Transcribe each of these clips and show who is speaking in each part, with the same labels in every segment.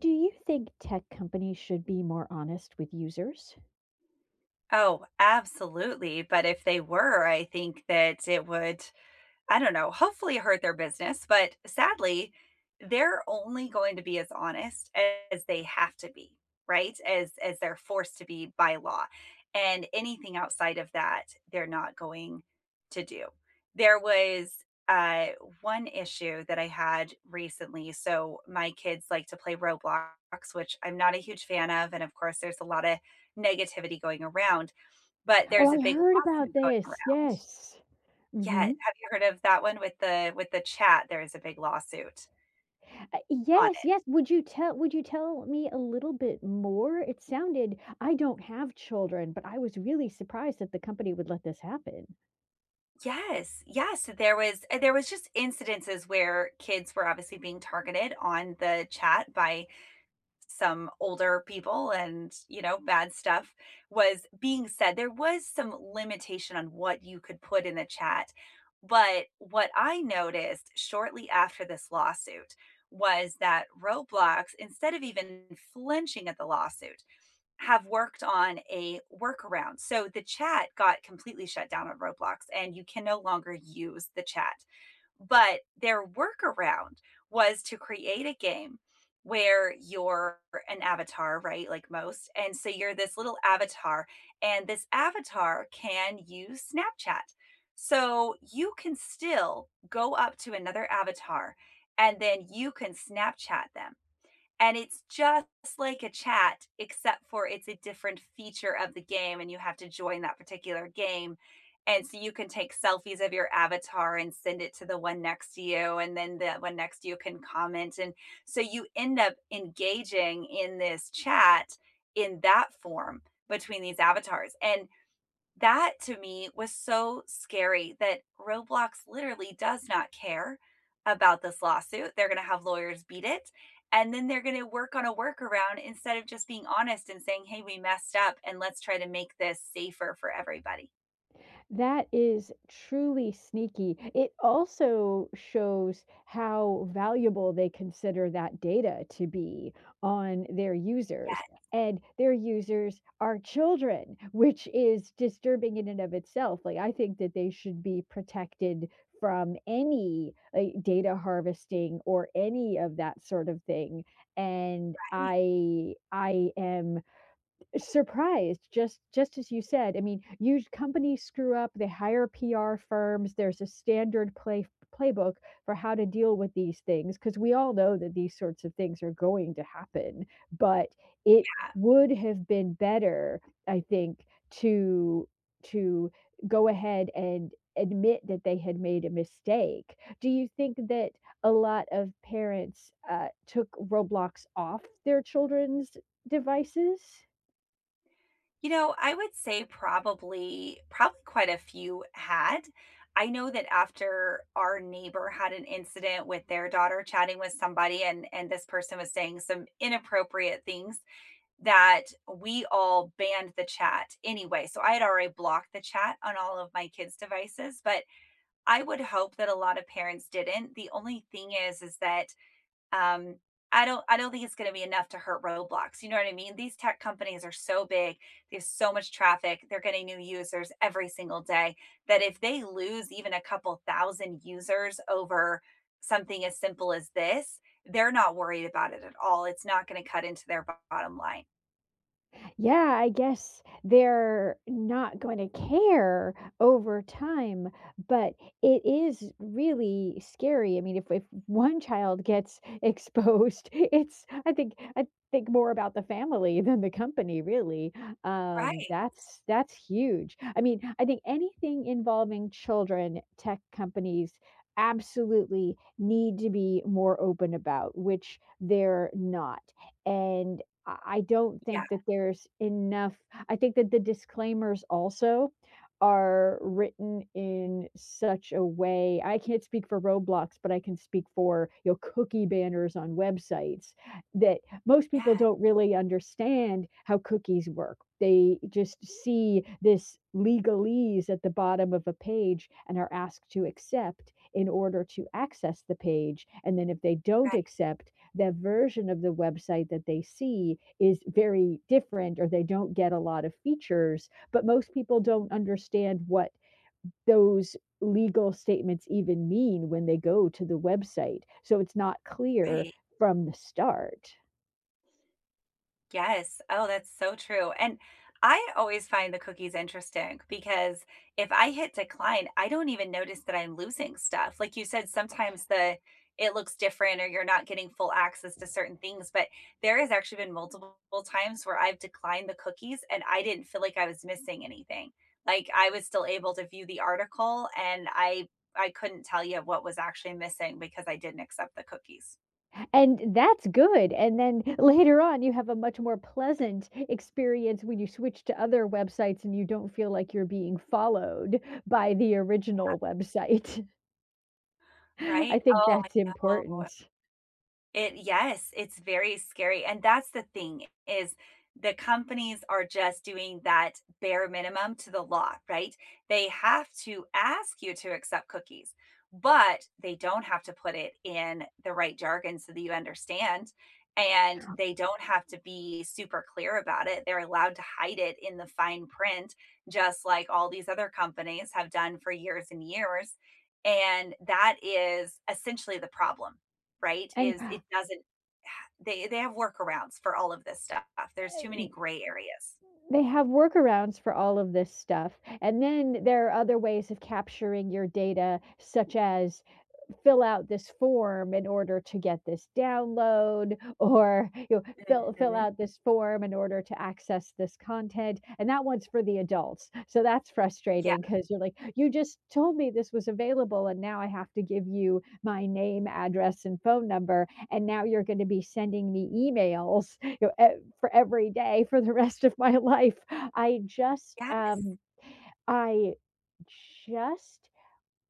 Speaker 1: Do you think tech companies should be more honest with users?
Speaker 2: Oh, absolutely. But if they were, I think that it would, I don't know, hopefully hurt their business. But sadly, they're only going to be as honest as they have to be, right? As they're forced to be by law. And anything outside of that, they're not going to do. There was uh one issue that I had recently. So my kids like to play Roblox, which I'm not a huge fan of. And of course, there's a lot of negativity going around, but there's
Speaker 1: Oh,
Speaker 2: a
Speaker 1: I
Speaker 2: big
Speaker 1: heard about
Speaker 2: lawsuit going
Speaker 1: this.
Speaker 2: around.
Speaker 1: Yes.
Speaker 2: Yeah,
Speaker 1: Mhm.
Speaker 2: have you heard of that one with the chat? There is a big lawsuit
Speaker 1: Uh,
Speaker 2: on
Speaker 1: yes,
Speaker 2: it.
Speaker 1: yes. Would you tell me a little bit more? It sounded I don't have children, but I was really surprised that the company would let this happen.
Speaker 2: Yes, yes, there was just incidences where kids were obviously being targeted on the chat by some older people, and bad stuff was being said. There was some limitation on what you could put in the chat. But what I noticed shortly after this lawsuit was that Roblox, instead of even flinching at the lawsuit, have worked on a workaround. So the chat got completely shut down on Roblox, and you can no longer use the chat. But their workaround was to create a game where you're an avatar, right? Like most. And so you're this little avatar, and this avatar can use Snapchat. So you can still go up to another avatar, and then you can Snapchat them. And it's just like a chat, except for it's a different feature of the game, and you have to join that particular game. And so you can take selfies of your avatar and send it to the one next to you, and then the one next to you can comment. And so you end up engaging in this chat in that form between these avatars. And that to me was so scary that Roblox literally does not care about this lawsuit. They're going to have lawyers beat it. And then they're going to work on a workaround instead of just being honest and saying, hey, we messed up and let's try to make this safer for everybody.
Speaker 1: That is truly sneaky. It also shows how valuable they consider that data to be on their
Speaker 2: Yeah.
Speaker 1: users, and their users are children, which is disturbing in and of itself. Like, I think that they should be protected from any like, data harvesting or any of that sort of thing. And
Speaker 2: I-
Speaker 1: I am surprised just as you said. I mean, huge companies screw up, they hire PR firms. There's a standard playbook for how to deal with these things because we all know that these sorts of things are going to happen. But it
Speaker 2: yeah.
Speaker 1: would have been better, I think, to to go ahead and admit that they had made a mistake. Do you think that a lot of parents took Roblox off their children's devices?
Speaker 2: You know, I would say probably, probably quite a few had. I know that after our neighbor had an incident with their daughter chatting with somebody, and this person was saying some inappropriate things that we all banned the chat anyway. So I had already blocked the chat on all of my kids' devices, but I would hope that a lot of parents didn't. The only thing is that um, I don't think it's going to be enough to hurt Roblox. You know what I mean? These tech companies are so big; they have so much traffic. They're getting new users every single day. That if they lose even a couple thousand users over something as simple as this, they're not worried about it at all. It's not going to cut into their bottom line,
Speaker 1: Yeah, I guess they're not going to care over time, but it is really scary. I mean, if one child gets exposed, it's I think more about the family than the company, really.
Speaker 2: right?
Speaker 1: That's huge. I mean, I think anything involving children, tech companies absolutely need to be more open about, which they're not. And I don't
Speaker 2: Yeah,
Speaker 1: think that there's enough. I think that the disclaimers also are written in such a way. I can't speak for Roblox, but I can speak for, you know, cookie banners on websites, that most
Speaker 2: yeah,
Speaker 1: people don't really understand how cookies work. They just see this legalese at the bottom of a page and are asked to accept in order to access the page, and then if they don't
Speaker 2: right,
Speaker 1: accept, the version of the website that they see is very different, or they don't get a lot of features, but most people don't understand what those legal statements even mean when they go to the website. So it's not clear
Speaker 2: right.
Speaker 1: from the start.
Speaker 2: Yes. Oh, that's so true, and I always find the cookies interesting because if I hit decline, I don't even notice that I'm losing stuff. Like you said, sometimes the it looks different, or you're not getting full access to certain things, but there has actually been multiple times where I've declined the cookies and I didn't feel like I was missing anything. Like I was still able to view the article, and I couldn't tell you what was actually missing because I didn't accept the cookies.
Speaker 1: And that's good. And then later on, you have a much more pleasant experience when you switch to other websites and you don't feel like you're being followed by the original website. I
Speaker 2: Right?
Speaker 1: think
Speaker 2: Oh,
Speaker 1: that's
Speaker 2: I know.
Speaker 1: important.
Speaker 2: It Yes, it's very scary, and that's the thing is the companies are just doing that bare minimum to the law, right? They have to ask you to accept cookies, but they don't have to put it in the right jargon so that you understand, and they don't have to be super clear about it. They're allowed to hide it in the fine print, just like all these other companies have done for years and years. And that is essentially the problem, right,
Speaker 1: And
Speaker 2: is it doesn't they have workarounds for all of this stuff. There's too many gray areas.
Speaker 1: they have workarounds for all of this stuff, and then there are other ways of capturing your data, such as fill out this form in order to get this download, or, you know, fill
Speaker 2: Mhm.
Speaker 1: out this form in order to access this content, and that one's for the adults. So that's
Speaker 2: Yeah.
Speaker 1: frustrating because 'cause you're like, "You just told me this was available, and now I have to give you my name, address, and phone number, and now you're gonna be sending me emails, you know, e for every day for the rest of my life.
Speaker 2: Yes.
Speaker 1: I just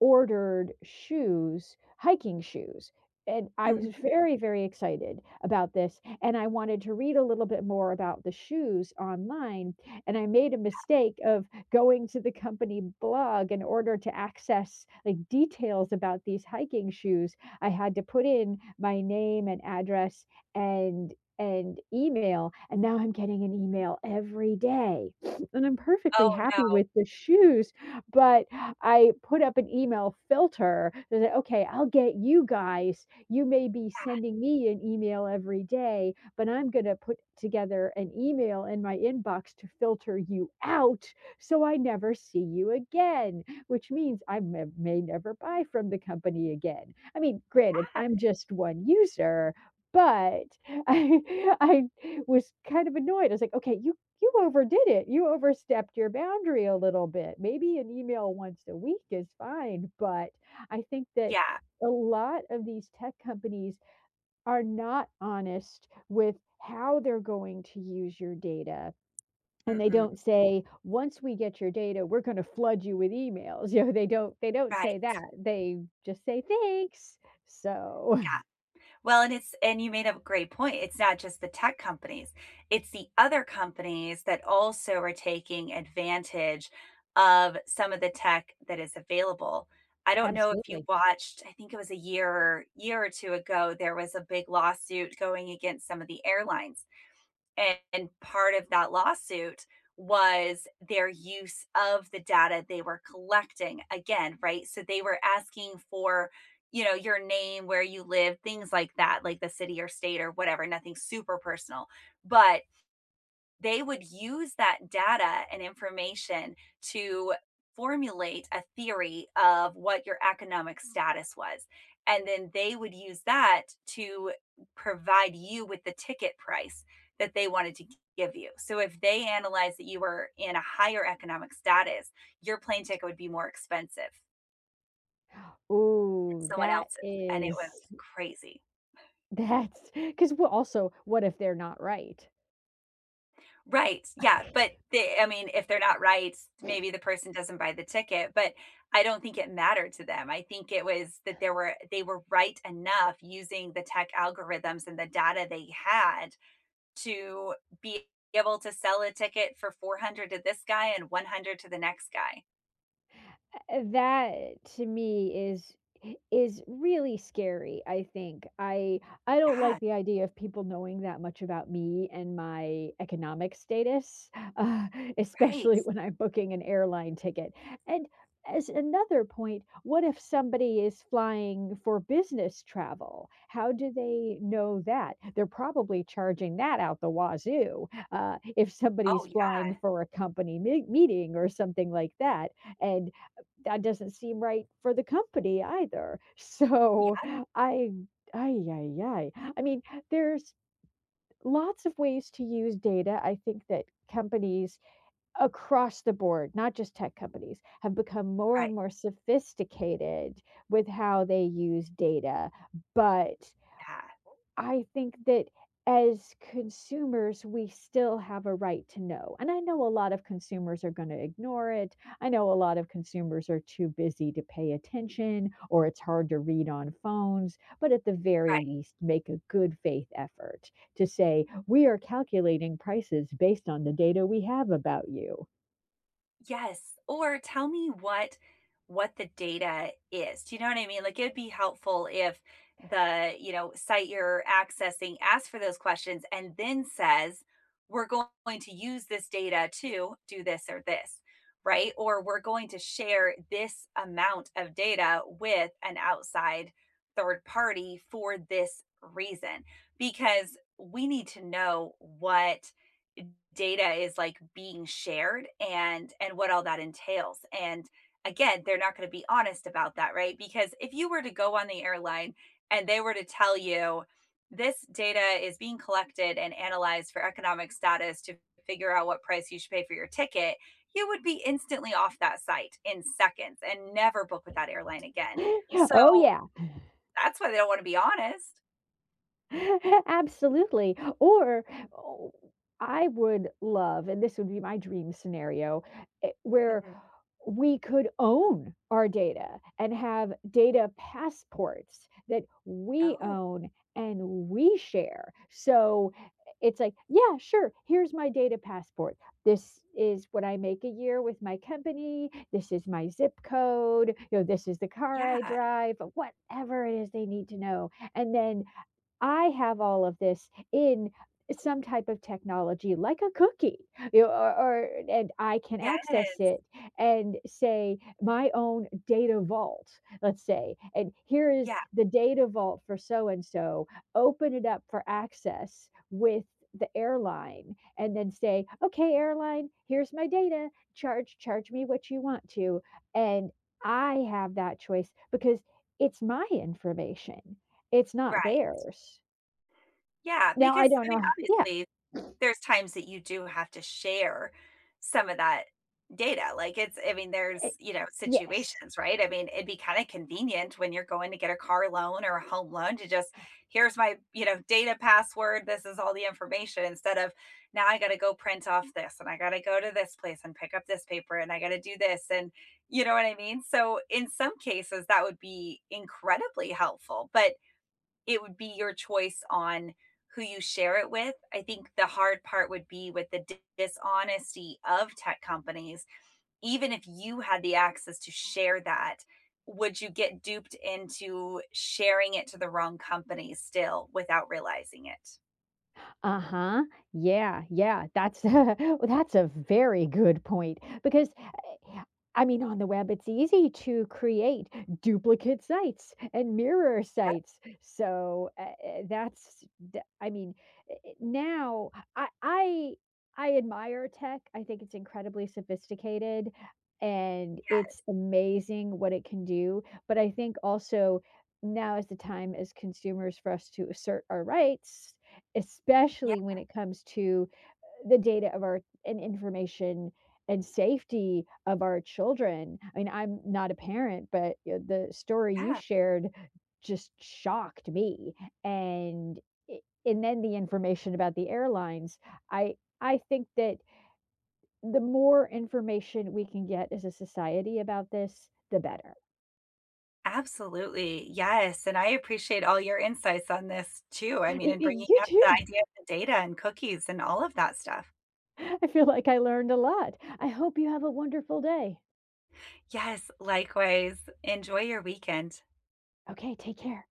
Speaker 1: ordered shoes, hiking shoes, and I was
Speaker 2: Mhm.
Speaker 1: very, very excited about this, and I wanted to read a little bit more about the shoes online, and I made a mistake of going to the company blog in order to access, like, details about these hiking shoes. I had to put in my name and address and and email, and now I'm getting an email every day, and I'm perfectly
Speaker 2: Oh,
Speaker 1: happy
Speaker 2: no.
Speaker 1: with the shoes, but I put up an email filter that said, okay, I'll get you guys. You may be sending me an email every day, but I'm going to put together an email in my inbox to filter you out so I never see you again, which means I may never buy from the company again. I mean, granted, I'm just one user. But I, I was kind of annoyed. I was like, okay, you overdid it. You overstepped your boundary a little bit. Maybe an email once a week is fine, but I think that
Speaker 2: Yeah.
Speaker 1: a lot of these tech companies are not honest with how they're going to use your data. And they
Speaker 2: Mm-mm.
Speaker 1: don't say, once we get your data, we're going to flood you with emails. You know, they don't say
Speaker 2: Right,
Speaker 1: that. They just say thanks. So
Speaker 2: yeah. Well, and you made a great point. It's not just the tech companies. It's the other companies that also are taking advantage of some of the tech that is available. I don't know if you
Speaker 1: absolutely.
Speaker 2: watched, I think it was a year or two ago, there was a big lawsuit going against some of the airlines. And part of that lawsuit was their use of the data they were collecting again, right? So they were asking for your name, where you live, things like that, like the city or state or whatever, nothing super personal. But they would use that data and information to formulate a theory of what your economic status was. And then they would use that to provide you with the ticket price that they wanted to give you. So if they analyzed that you were in a higher economic status, your plane ticket would be more expensive than
Speaker 1: Ooh,
Speaker 2: someone
Speaker 1: that
Speaker 2: else's. And it
Speaker 1: is
Speaker 2: was crazy.
Speaker 1: that's because, well, also, what if they're not right?
Speaker 2: Right. Yeah. But they, I mean, if they're not right, maybe the person doesn't buy the ticket. But I don't think it mattered to them. I think it was that there were they were right enough using the tech algorithms and the data they had to be able to sell a ticket for 400 to this guy and 100 to the next guy.
Speaker 1: That to me is really scary, I think. I don't
Speaker 2: Yeah.
Speaker 1: like the idea of people knowing that much about me and my economic status, uh,
Speaker 2: Right.
Speaker 1: especially when I'm booking an airline ticket. And as another point, what if somebody is flying for business travel? How do they know that? They're probably charging that out the wazoo. If
Speaker 2: Oh
Speaker 1: somebody's
Speaker 2: yeah.
Speaker 1: flying for a company meeting or something like that, and that doesn't seem right for the company either.
Speaker 2: Yeah.
Speaker 1: So I, ay, ay, ay. I mean, there's lots of ways to use data. I think that companies across the board, not just tech companies, have become more
Speaker 2: Right.
Speaker 1: and more sophisticated with how they use data. But
Speaker 2: Yeah.
Speaker 1: I think that as consumers, we still have a right to know. And I know a lot of consumers are going to ignore it. I know a lot of consumers are too busy to pay attention or it's hard to read on phones, but at the very
Speaker 2: Right.
Speaker 1: least, make a good faith effort to say, we are calculating prices based on the data we have about you.
Speaker 2: Yes, or tell me what the data is. Do you know what I mean? Like it'd be helpful if the site you're accessing asks for those questions and then says, we're going to use this data to do this or this, right? Or we're going to share this amount of data with an outside third party for this reason, because we need to know what data is like being shared, and what all that entails. And again, they're not going to be honest about that, right? Because if you were to go on the airline and they were to tell you this data is being collected and analyzed for economic status to figure out what price you should pay for your ticket, you would be instantly off that site in seconds and never book with that airline again. So
Speaker 1: Oh, yeah.
Speaker 2: that's why they don't want to be honest.
Speaker 1: Absolutely. Or oh, I would love, and this would be my dream scenario, where
Speaker 2: Hmm.
Speaker 1: we could own our data and have data passports that we
Speaker 2: Oh
Speaker 1: own and we share. So it's like, yeah, sure, here's my data passport. This is what I make a year with my company. This is my zip code. You know, this is the car
Speaker 2: yeah.
Speaker 1: I drive, whatever it is they need to know. And then I have all of this in some type of technology like a cookie, you know, or and I can access
Speaker 2: Yes.
Speaker 1: it and say my own data vault, let's say, and here is
Speaker 2: Yeah.
Speaker 1: the data vault for so and so, open it up for access with the airline and then say, okay, airline, here's my data, charge me what you want to. And I have that choice because it's my information. It's not
Speaker 2: Right.
Speaker 1: theirs.
Speaker 2: Yeah,
Speaker 1: Now I
Speaker 2: because,
Speaker 1: don't
Speaker 2: I mean,
Speaker 1: know. Yeah,
Speaker 2: obviously, there's times that you do have to share some of that data. Like, it's I mean, there's,
Speaker 1: eh
Speaker 2: you know,
Speaker 1: yes.
Speaker 2: situations, right? I mean, it'd be kinda convenient when you're going to get a car loan or a home loan to just, "Here's my data password, this is all the information," instead of, "Now I gotta go print off this, and I gotta go to this place and pick up this paper, and I gotta do this," and you know what I mean? So, in some cases, that would be incredibly helpful, but it would be your choice on who you share it with. I think the hard part would be with the dishonesty of tech companies. Even if you had the access to share that, would you get duped into sharing it to the wrong company still without realizing it?
Speaker 1: Uh-huh. Yeah, yeah. That's well, that's a very good point because, uh, I mean, on the web it's easy to create duplicate sites and mirror
Speaker 2: Yeah,
Speaker 1: sites. So that's I mean now I I admire tech. I think it's incredibly sophisticated and it's amazing what it can do, but I think also now is the time as consumers for us to assert our rights, especially
Speaker 2: yeah,
Speaker 1: when it comes to the data of our and information and safety of our children. I mean, I'm not a parent, but the story you
Speaker 2: yeah.
Speaker 1: shared just shocked me. And i- and then the information about the airlines. I think that the more information we can get as a society about this, the better.
Speaker 2: Absolutely. Yes. And I appreciate all your insights on this too. I mean,
Speaker 1: Y-
Speaker 2: and
Speaker 1: y-
Speaker 2: bringing
Speaker 1: You
Speaker 2: up the
Speaker 1: too.
Speaker 2: idea of the data and cookies and all of that stuff.
Speaker 1: I feel like I learned a lot. I hope you have a wonderful day.
Speaker 2: Yes. Likewise. Enjoy your weekend.
Speaker 1: Okay, take care.